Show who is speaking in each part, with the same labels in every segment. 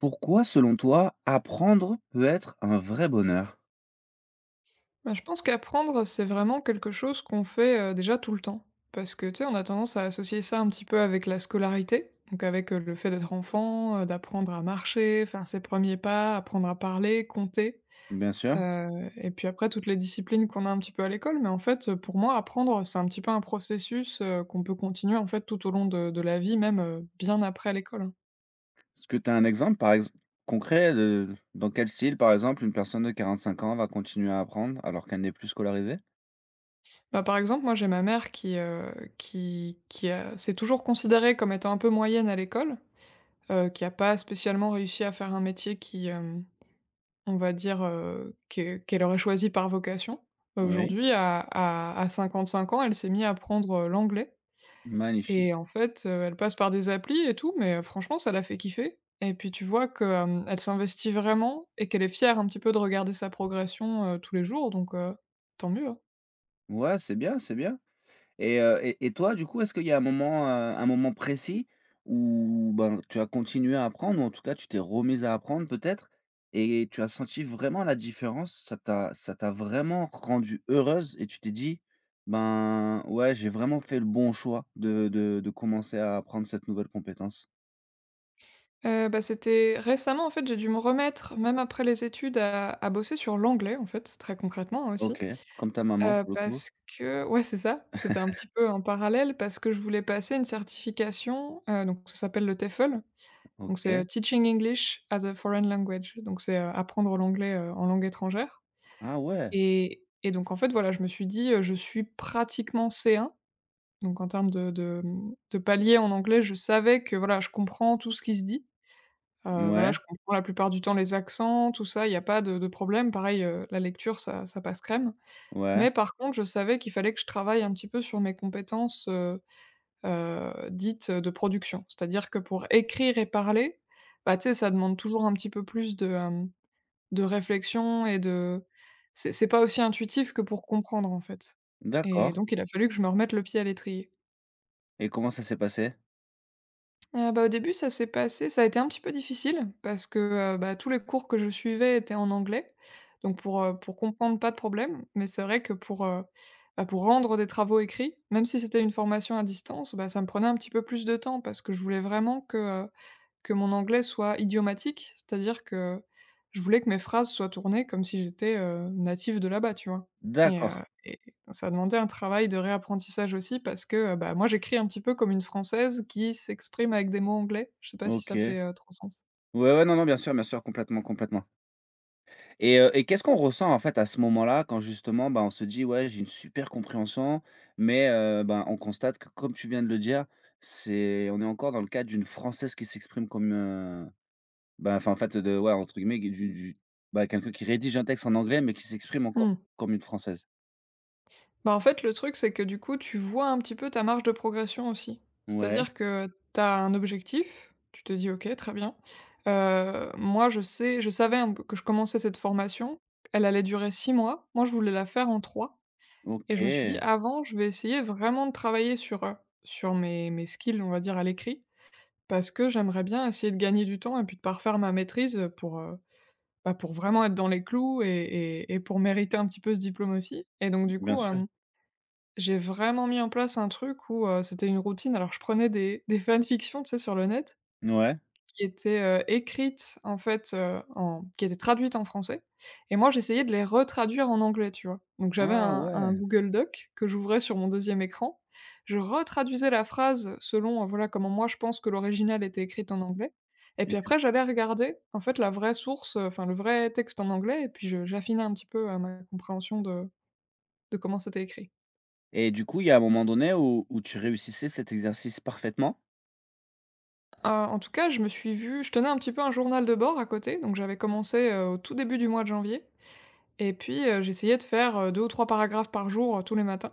Speaker 1: Pourquoi, selon toi, apprendre peut être un vrai bonheur?
Speaker 2: Bah, je pense qu'apprendre, c'est vraiment quelque chose qu'on fait, déjà tout le temps. Parce que, tu sais, on a tendance à associer ça un petit peu avec la scolarité, donc avec, le fait d'être enfant, d'apprendre à marcher, faire ses premiers pas, apprendre à parler, compter,
Speaker 1: Bien sûr.
Speaker 2: heu et puis après toutes les disciplines qu'on a un petit peu à l'école. Mais en fait, pour moi, apprendre, c'est un petit peu un processus, qu'on peut continuer, en fait, tout au long de la vie, même, bien après l'école, hein.
Speaker 1: Est-ce que tu as un exemple, par exem concret de dans quel style, par exemple, une personne de 45 ans va continuer à apprendre alors qu'elle n'est plus scolarisée?
Speaker 2: Bah, par exemple, moi, j'ai ma mère qui a s'est toujours considérée comme étant un peu moyenne à l'école, qui n'a pas spécialement réussi à faire un métier qui, on va dire, que qu'elle aurait choisi par vocation. Bah,
Speaker 1: Oui.
Speaker 2: aujourd'hui à 55 ans, elle s'est mise à apprendre, l'anglais,
Speaker 1: Magnifique.
Speaker 2: et en fait, elle passe par des applis et tout, mais franchement, ça la fait kiffer et puis tu vois qu'elle elle s'investit vraiment et qu'elle est fière un petit peu de regarder sa progression, tous les jours, donc tant mieux, hein.
Speaker 1: Ouais, c'est bien, c'est bien. Et toi, du coup, est-ce qu'il y a un moment précis où, ben, tu as continué à apprendre ou en tout cas tu t'es remise à apprendre peut-être et tu as senti vraiment la différence? Ça t'a vraiment rendue heureuse et tu t'es dit: «Ben, ouais, j'ai vraiment fait le bon choix de commencer à apprendre cette nouvelle compétence»?
Speaker 2: Bah, c'était récemment en fait, j'ai dû me remettre, même après les études, à bosser sur l'anglais, en fait, très concrètement, hein, aussi.
Speaker 1: OK, comme ta maman pour le coup.
Speaker 2: Parce que ouais, c'est ça, c'était un petit peu en parallèle parce que je voulais passer une certification, donc ça s'appelle le TEFL, donc c'est,
Speaker 1: OK.
Speaker 2: Teaching English as a Foreign Language, donc c'est, apprendre l'anglais, en langue étrangère,
Speaker 1: Ah ouais!
Speaker 2: et donc en fait, voilà, je me suis dit, je suis pratiquement C1, donc en termes de palier en anglais, je savais que, voilà, je comprends tout ce qui se dit,
Speaker 1: Ouais,
Speaker 2: voilà, je comprends la plupart du temps les accents, tout ça, il y a pas de problème. Pareil, la lecture, ça passe crème,
Speaker 1: ouais,
Speaker 2: mais par contre, je savais qu'il fallait que je travaille un petit peu sur mes compétences, dites, de production. C'est-à-dire que pour écrire et parler, bah, tu sais, ça demande toujours un petit peu plus de réflexion et de c'est pas aussi intuitif que pour comprendre, en fait, et
Speaker 1: d'accord.
Speaker 2: donc il a fallu que je me remette le pied à l'étrier.
Speaker 1: Et comment ça s'est passé?
Speaker 2: Bah, au début, ça s'est passé ça a été un petit peu difficile parce que, bah, tous les cours que je suivais étaient en anglais. Donc pour comprendre, pas de problème. Mais c'est vrai que pour rendre des travaux écrits, même si c'était une formation à distance, bah, ça me prenait un petit peu plus de temps parce que je voulais vraiment heu que mon anglais soit idiomatique, c'est-à-dire que je voulais que mes phrases soient tournées comme si j'étais, native de là-bas, tu vois? Et heu
Speaker 1: D'accord.
Speaker 2: et ça demandait un travail de réapprentissage aussi parce que, bah, moi, j'écris un petit peu comme une Française qui s'exprime avec des mots anglais. Je sais pas si ça
Speaker 1: OK.
Speaker 2: fait, trop sens.
Speaker 1: Ouais, ouais, non, non, bien sûr, complètement, complètement. Et qu'est-ce qu'on ressent, en fait, à ce moment-là quand justement, bah, on se dit: «Ouais, j'ai une super compréhension», mais ben, on constate que comme tu viens de le dire, c'est on est encore dans le cadre d'une française qui s'exprime comme, bah, enfin, en fait, de ouais, entre guillemets, du bah, quelqu'un qui rédige un texte en anglais mais qui s'exprime encore
Speaker 2: Mmh.
Speaker 1: comme une française?
Speaker 2: Bah, en fait, le truc, c'est que du coup, tu vois un petit peu ta marge de progression aussi.
Speaker 1: Ouais,
Speaker 2: C'est-à-dire que tu as un objectif, tu te dis: «OK, très bien». Moi, je savais un peu que je commençais cette formation, elle allait durer 6 mois. Moi, je voulais la faire en trois, et je me suis dit:
Speaker 1: OK,
Speaker 2: «Avant, je vais essayer vraiment de travailler sur mes skills, on va dire, à l'écrit, parce que j'aimerais bien essayer de gagner du temps et puis de parfaire ma maîtrise, pour vraiment être dans les clous et pour mériter un petit peu ce diplôme aussi», et donc du
Speaker 1: bien
Speaker 2: coup,
Speaker 1: sûr.
Speaker 2: hem j'ai vraiment mis en place un truc où, c'était une routine. Alors je prenais des fanfictions, tu sais, sur le net,
Speaker 1: Ouais.
Speaker 2: qui étaient, écrites en fait, en qui étaient traduites en français, et moi j'essayais de les retraduire en anglais, tu vois? Donc j'avais
Speaker 1: Ah
Speaker 2: un
Speaker 1: ouais
Speaker 2: un Google Doc que j'ouvrais sur mon deuxième écran, je retraduisais la phrase selon, voilà comment moi je pense que l'original était écrite en anglais, et
Speaker 1: et
Speaker 2: puis
Speaker 1: du
Speaker 2: après j'allais regarder en fait la vraie source, enfin le vrai texte en anglais, et puis je j'affinais un petit peu, ma compréhension de comment c'était écrit.
Speaker 1: et du coup, il y a un moment donné où où tu réussissais cet exercice parfaitement?
Speaker 2: En tout cas, je me suis vue je tenais un petit peu un journal de bord à côté, donc j'avais commencé, au tout début du mois de janvier, et puis, j'essayais de faire, deux ou 3 paragraphes par jour, tous les matins,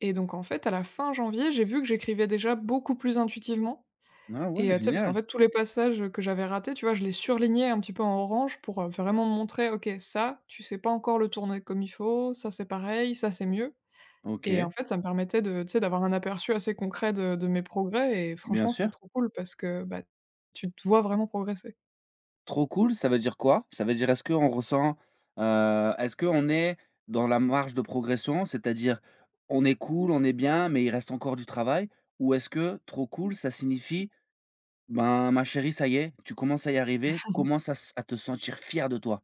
Speaker 2: et donc en fait, à la fin janvier, j'ai vu que j'écrivais déjà beaucoup plus intuitivement,
Speaker 1: Ah ouais,
Speaker 2: tu sais, parce qu'en
Speaker 1: génial.
Speaker 2: fait, tous les passages que j'avais ratés, tu vois, je les surlignais un petit peu en orange pour, vraiment me montrer: «OK, ça, tu sais pas encore le tourner comme il faut, ça, c'est pareil, ça, c'est mieux». Et
Speaker 1: OK,
Speaker 2: en fait, ça me permettait de tu sais, d'avoir un aperçu assez concret de mes progrès, et
Speaker 1: bien
Speaker 2: franchement,
Speaker 1: sûr.
Speaker 2: c'était trop cool parce que, bah, tu te vois vraiment progresser.
Speaker 1: Trop cool, ça veut dire quoi? Ça veut dire est-ce qu'on ressent, est-ce qu'on est dans la marge de progression? C'est-à-dire, on est cool, on est bien, mais il reste encore du travail? Ou est-ce que trop cool, ça signifie: «Ben, ma chérie, ça y est, tu commences à y arriver, commence à te sentir fier de toi»?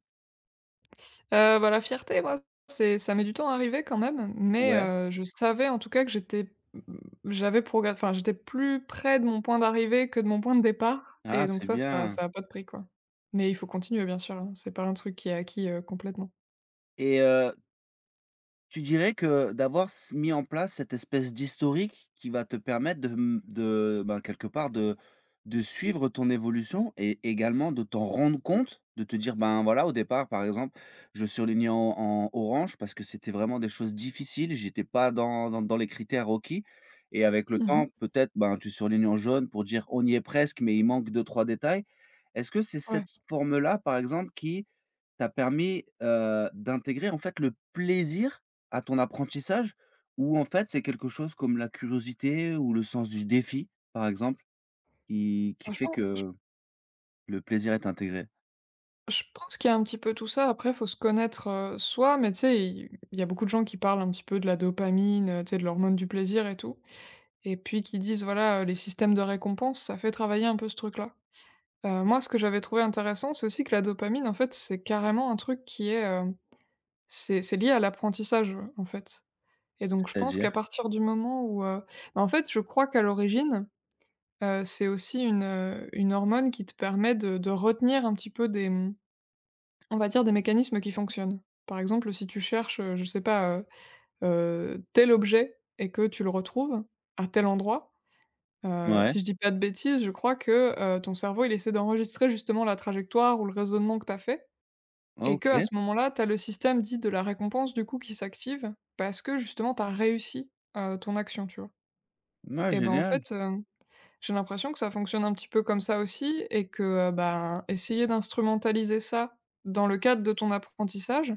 Speaker 2: Bah, la fierté, moi, c'est ça met du temps à arriver quand même, mais
Speaker 1: Ouais.
Speaker 2: je savais en tout cas que j'avais progr enfin, j'étais plus près de mon point d'arrivée que de mon point de départ,
Speaker 1: Ah,
Speaker 2: et donc
Speaker 1: c'est
Speaker 2: ça, ça
Speaker 1: bien.
Speaker 2: ça a pas de prix, quoi. Mais il faut continuer bien sûr, hein, c'est pas un truc qui est acquis, complètement.
Speaker 1: et heu Tu dirais que d'avoir s mis en place cette espèce d'historique qui va te permettre de, mmh, de, ben, quelque part de suivre ton évolution et également de t'en rendre compte, de te dire: «Ben, voilà, au départ, par exemple, je surlignais en orange parce que c'était vraiment des choses difficiles, j'étais pas dans dans les critères requis» et avec le
Speaker 2: Mmh.
Speaker 1: temps, peut-être, ben, tu surlignes en jaune pour dire: «On y est presque, mais il manque deux trois détails». Est-ce que c'est
Speaker 2: Ouais,
Speaker 1: cette forme-là, par exemple, qui t'a permis, d'intégrer, en fait, le plaisir à ton apprentissage? Ou en fait, c'est quelque chose comme la curiosité ou le sens du défi, par exemple, qui fait
Speaker 2: franchement,
Speaker 1: que le plaisir est intégré?
Speaker 2: je pense qu'il y a un petit peu tout ça. Après, il faut se connaître, soi, mais tu sais, il y a beaucoup de gens qui parlent un petit peu de la dopamine, tu sais, de l'hormone du plaisir et tout, et puis qui disent, voilà, les systèmes de récompense, ça fait travailler un peu ce truc-là. Moi, ce que j'avais trouvé intéressant, c'est aussi que la dopamine, en fait, c'est carrément un truc qui est, hem, c'est lié à l'apprentissage, en fait, et donc je pense qu'à
Speaker 1: C'est-à-dire?
Speaker 2: partir du moment où, bah, en fait, je crois qu'à l'origine, c'est aussi une hormone qui te permet de retenir un petit peu des, on va dire, des mécanismes qui fonctionnent. Par exemple, si tu cherches, je sais pas, tel objet et que tu le retrouves à tel endroit,
Speaker 1: Ouais,
Speaker 2: si je dis pas de bêtises, je crois que, ton cerveau, il essaie d'enregistrer justement la trajectoire ou le raisonnement que tu as fait, et que à
Speaker 1: OK.
Speaker 2: ce moment-là, tu as le système dit de la récompense du coup qui s'active parce que justement tu as réussi, ton action, tu vois?
Speaker 1: Ouais,
Speaker 2: Et ben, en
Speaker 1: génial.
Speaker 2: fait, j'ai l'impression que ça fonctionne un petit peu comme ça aussi, et que, ben, essayer d'instrumentaliser ça dans le cadre de ton apprentissage,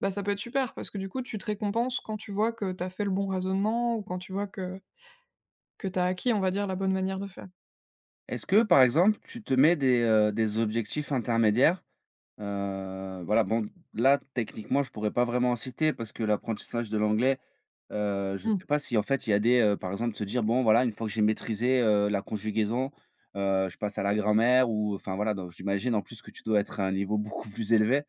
Speaker 2: bah, ça peut être super parce que du coup, tu te récompenses quand tu vois que tu as fait le bon raisonnement ou quand tu vois que tu as acquis, on va dire, la bonne manière de faire.
Speaker 1: Est-ce que, par exemple, tu te mets des objectifs intermédiaires? Voilà, bon, là, techniquement, je pourrais pas vraiment en citer parce que l'apprentissage de l'anglais, je
Speaker 2: Mmh.
Speaker 1: sais pas si, en fait, il y a des, par exemple, se dire: «Bon, voilà, une fois que j'ai maîtrisé, la conjugaison, je passe à la grammaire» ou enfin, voilà, donc j'imagine, en plus, que tu dois être à un niveau beaucoup plus élevé.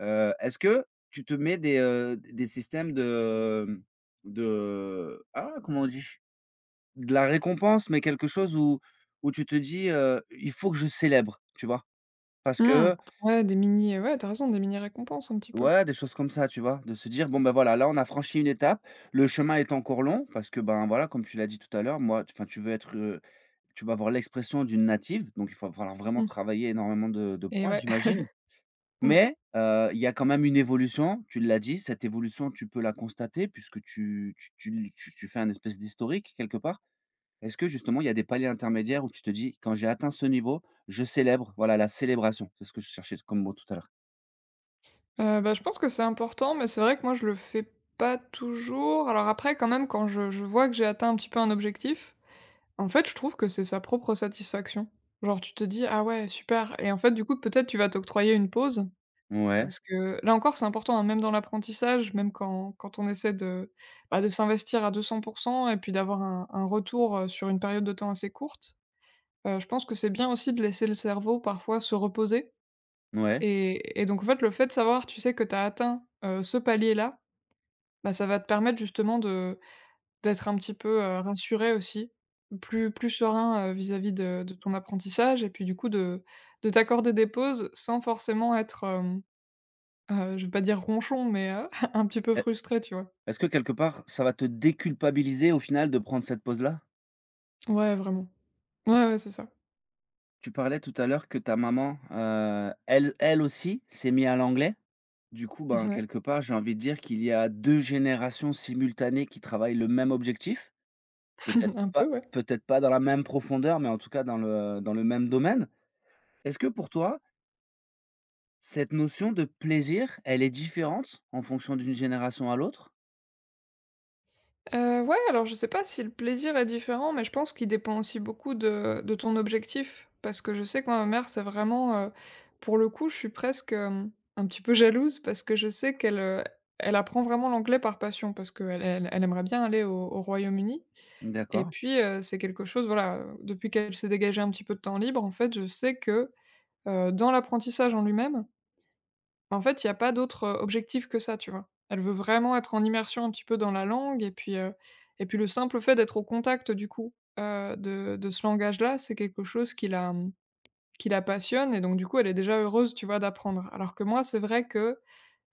Speaker 1: Est-ce que tu te mets des systèmes de ah, comment on dit? De la récompense, mais quelque chose où où tu te dis, «Il faut que je célèbre», tu vois? Parce
Speaker 2: Mmh.
Speaker 1: que
Speaker 2: Ouais, des mini, ouais, t'as raison, des mini récompenses un petit peu.
Speaker 1: ouais, des choses comme ça, tu vois? De se dire: «Bon, ben voilà, là, on a franchi une étape, le chemin est encore long» parce que, ben, voilà, comme tu l'as dit tout à l'heure, moi, enfin, tu veux être, tu vas avoir l'expression d'une native, donc il va falloir vraiment
Speaker 2: Mmh
Speaker 1: travailler énormément de
Speaker 2: et
Speaker 1: points,
Speaker 2: ouais.
Speaker 1: j'imagine.
Speaker 2: Mmh.
Speaker 1: Mais, il y a quand même une évolution, tu l'as dit, cette évolution, tu peux la constater puisque tu fais un espèce d'historique quelque part. Est-ce que justement, il y a des paliers intermédiaires où tu te dis: «Quand j'ai atteint ce niveau, je célèbre». Voilà, la célébration, c'est ce que je cherchais comme mot tout à l'heure.
Speaker 2: Bah, je pense que c'est important, mais c'est vrai que moi je le fais pas toujours. Alors après quand même quand je vois que j'ai atteint un petit peu un objectif, en fait je trouve que c'est sa propre satisfaction. Genre tu te dis: «Ah ouais super», et en fait du coup peut-être tu vas t'octroyer une pause
Speaker 1: Ouais,
Speaker 2: parce que là encore c'est important, hein, même dans l'apprentissage, même quand on essaie de s'investir à 200, et puis d'avoir un retour, sur une période de temps assez courte, je pense que c'est bien aussi de laisser le cerveau parfois se reposer,
Speaker 1: ouais.
Speaker 2: et donc en fait, le fait de savoir, tu sais, que tu as atteint, ce palier-là, bah, ça va te permettre justement de d'être un petit peu, rassuré aussi, plus serein, vis-à-vis de ton apprentissage, et puis du coup de t'accorder des pauses sans forcément être, je vais pas dire ronchon, mais, un petit peu frustré, tu vois?
Speaker 1: Est-ce que quelque part, ça va te déculpabiliser au final de prendre cette pause-là?
Speaker 2: Ouais, vraiment. Ouais, ouais, c'est ça.
Speaker 1: Tu parlais tout à l'heure que ta maman, elle aussi s'est mise à l'anglais. Du coup, ben,
Speaker 2: Ouais,
Speaker 1: quelque part, j'ai envie de dire qu'il y a 2 générations simultanées qui travaillent le même objectif.
Speaker 2: un peu, ouais.
Speaker 1: Peut-être pas dans la même profondeur, mais en tout cas dans le même domaine. Est-ce que pour toi, cette notion de plaisir, elle est différente en fonction d'une génération à l'autre?
Speaker 2: Ouais, alors je sais pas si le plaisir est différent, mais je pense qu'il dépend aussi beaucoup de ton objectif. Parce que je sais que moi, ma mère, c'est vraiment, pour le coup, je suis presque, un petit peu jalouse parce que je sais qu'elle elle apprend vraiment l'anglais par passion parce qu'elle elle elle aimerait bien aller au Royaume-Uni et
Speaker 1: D'accord,
Speaker 2: puis, c'est quelque chose, voilà, depuis qu'elle s'est dégagée un petit peu de temps libre, en fait, je sais que, dans l'apprentissage en lui-même, en fait, il y a pas d'autre, objectif que ça, tu vois? Elle veut vraiment être en immersion un petit peu dans la langue et puis le simple fait d'être au contact du coup, de ce langage-là, c'est quelque chose qui la, qui la passionne et donc du coup, elle est déjà heureuse, tu vois, d'apprendre. Alors que moi, c'est vrai que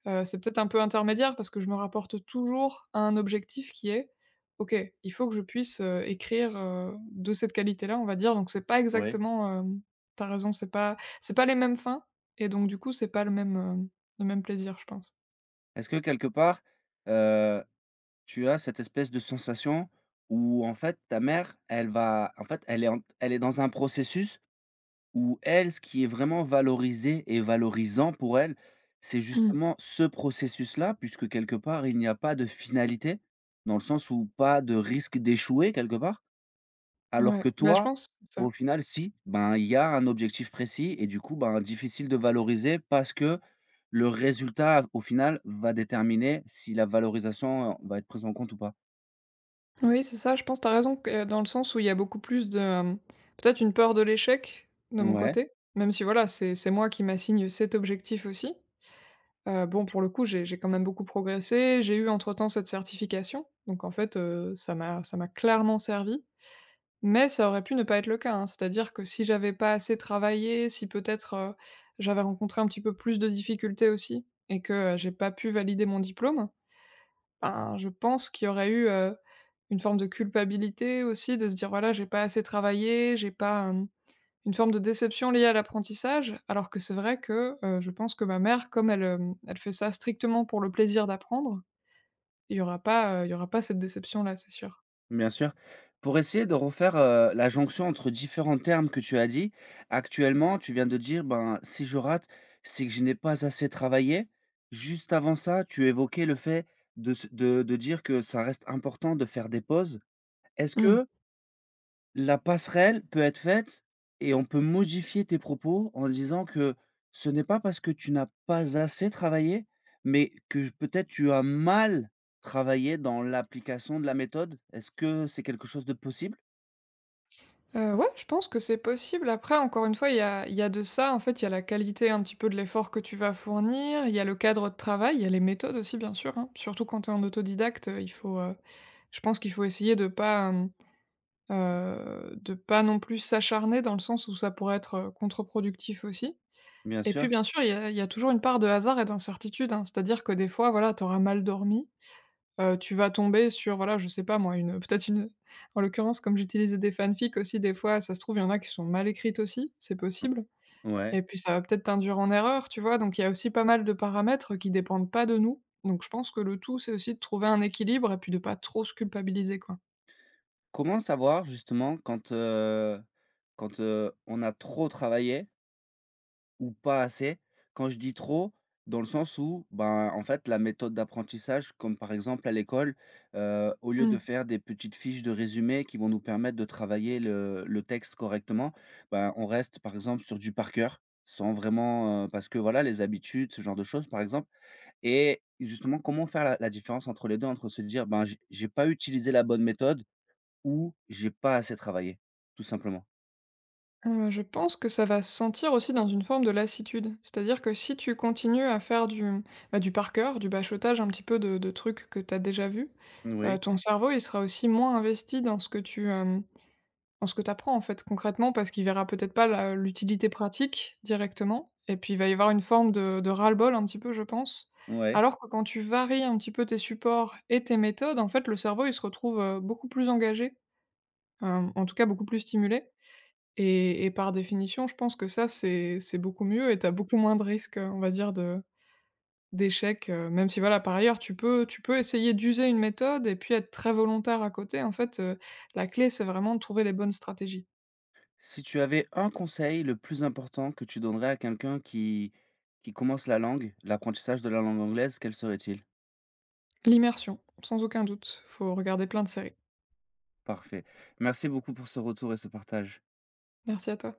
Speaker 2: C'est peut-être un peu intermédiaire parce que je me rapporte toujours à un objectif qui est: «OK, il faut que je puisse, écrire, de cette qualité-là», on va dire, donc c'est pas
Speaker 1: oui.
Speaker 2: exactement, hem tu raison, c'est pas les mêmes fins et donc du coup, c'est pas le même, le même plaisir, je pense.
Speaker 1: Est-ce que quelque part, heu tu as cette espèce de sensation où, en fait, ta mère, elle va en fait, elle est en elle est dans un processus où elle, ce qui est vraiment valorisé et valorisant pour elle, c'est
Speaker 2: Mmh.
Speaker 1: justement ce processus-là, puisque quelque part, il n'y a pas de finalité, dans le sens où pas de risque d'échouer quelque part. Alors que
Speaker 2: Ouais, bah, je
Speaker 1: toi,
Speaker 2: pense que c'est
Speaker 1: au
Speaker 2: ça.
Speaker 1: final, si, ben, il y a un objectif précis et du coup, ben, difficile de valoriser parce que le résultat, au final, va déterminer si la valorisation, va être prise en compte ou pas.
Speaker 2: Oui, c'est ça, je pense tu as raison que dans le sens où il y a beaucoup plus de, peut-être une peur de l'échec de mon
Speaker 1: Ouais,
Speaker 2: côté, même si voilà, c'est moi qui m'assigne cet objectif aussi. Bon pour le coup, j'ai quand même beaucoup progressé, j'ai eu entre-temps cette certification, donc en fait, ça m'a clairement servi, mais ça aurait pu ne pas être le cas, hein. C'est-à-dire que si j'avais pas assez travaillé, si peut-être, j'avais rencontré un petit peu plus de difficultés aussi et que, j'ai pas pu valider mon diplôme, ben, je pense qu'il y aurait eu, une forme de culpabilité aussi de se dire: «Voilà, j'ai pas assez travaillé, j'ai pas, une forme de déception liée à l'apprentissage, alors que c'est vrai que, je pense que ma mère, comme elle, elle fait ça strictement pour le plaisir d'apprendre, il y aura pas, il y aura pas cette déception-là, c'est sûr.
Speaker 1: bien sûr. Pour essayer de refaire, la jonction entre différents termes que tu as dit, actuellement, tu viens de dire: «Ben, si je rate, c'est que je n'ai pas assez travaillé». Juste avant ça, tu évoquais le fait de se de dire que ça reste important de faire des pauses. Est-ce
Speaker 2: Mmh.
Speaker 1: que la passerelle peut être faite et on peut modifier tes propos en disant que ce n'est pas parce que tu n'as pas assez travaillé, mais que peut-être tu as mal travaillé dans l'application de la méthode. Est-ce que c'est quelque chose de possible?
Speaker 2: Ouais, je pense que c'est possible. Après, encore une fois, il y a de ça, en fait, il y a la qualité un petit peu de l'effort que tu vas fournir, il y a le cadre de travail, il y a les méthodes aussi, bien sûr, hein. Surtout quand tu es en autodidacte, il faut, je pense qu'il faut essayer de pas, de pas non plus s'acharner dans le sens où ça pourrait être, contre-productif aussi.
Speaker 1: Bien
Speaker 2: Et
Speaker 1: sûr,
Speaker 2: puis, bien sûr, il y a toujours une part de hasard et d'incertitude, hein. C'est-à-dire que des fois, voilà, tu auras mal dormi, tu vas tomber sur, voilà, je sais pas moi, une peut-être une en l'occurrence, comme j'utilisais des fanfics aussi, des fois, ça se trouve, il y en a qui sont mal écrites aussi, c'est possible.
Speaker 1: ouais.
Speaker 2: Et puis, ça va peut-être t'induire en erreur, tu vois? Donc, il y a aussi pas mal de paramètres qui dépendent pas de nous. Donc, je pense que le tout, c'est aussi de trouver un équilibre et puis de pas trop se culpabiliser, quoi.
Speaker 1: Comment savoir justement quand, quand, on a trop travaillé? Ou pas assez. Quand je dis trop, dans le sens où, ben, en fait, la méthode d'apprentissage, comme par exemple à l'école, au lieu de faire des petites fiches de résumés qui vont nous permettre de travailler le texte correctement, ben, on reste par exemple sur du par cœur, sans vraiment, parce que voilà les habitudes, ce genre de choses par exemple et justement comment faire la différence entre les 2 entre se dire: «Ben, j'ai pas utilisé la bonne méthode» ou «J'ai pas assez travaillé», tout simplement.
Speaker 2: Je pense que ça va se sentir aussi dans une forme de lassitude. C'est-à-dire que si tu continues à faire du, bah, du par cœur, du bachotage un petit peu de trucs que tu as déjà vus,
Speaker 1: Oui,
Speaker 2: ton cerveau, il sera aussi moins investi dans ce que tu, dans ce que tu apprends, en fait, concrètement, parce qu'il verra peut-être pas la l'utilité pratique directement et puis il va y avoir une forme de ras-le-bol un petit peu, je pense.
Speaker 1: ouais.
Speaker 2: Alors que quand tu varies un petit peu tes supports et tes méthodes, en fait, le cerveau, il se retrouve, beaucoup plus engagé, en tout cas beaucoup plus stimulé et par définition, je pense que ça, c'est beaucoup mieux et tu as beaucoup moins de risques, on va dire de d'échecs, même si voilà, par ailleurs, tu peux essayer d'user une méthode et puis être très volontaire à côté. En fait, la clé, c'est vraiment de trouver les bonnes stratégies.
Speaker 1: Si tu avais un conseil le plus important que tu donnerais à quelqu'un qui commence la langue, l'apprentissage de la langue anglaise, quel serait-il?
Speaker 2: L'immersion, sans aucun doute, faut regarder plein de séries.
Speaker 1: Parfait. Merci beaucoup pour ce retour et ce partage.
Speaker 2: Merci à toi.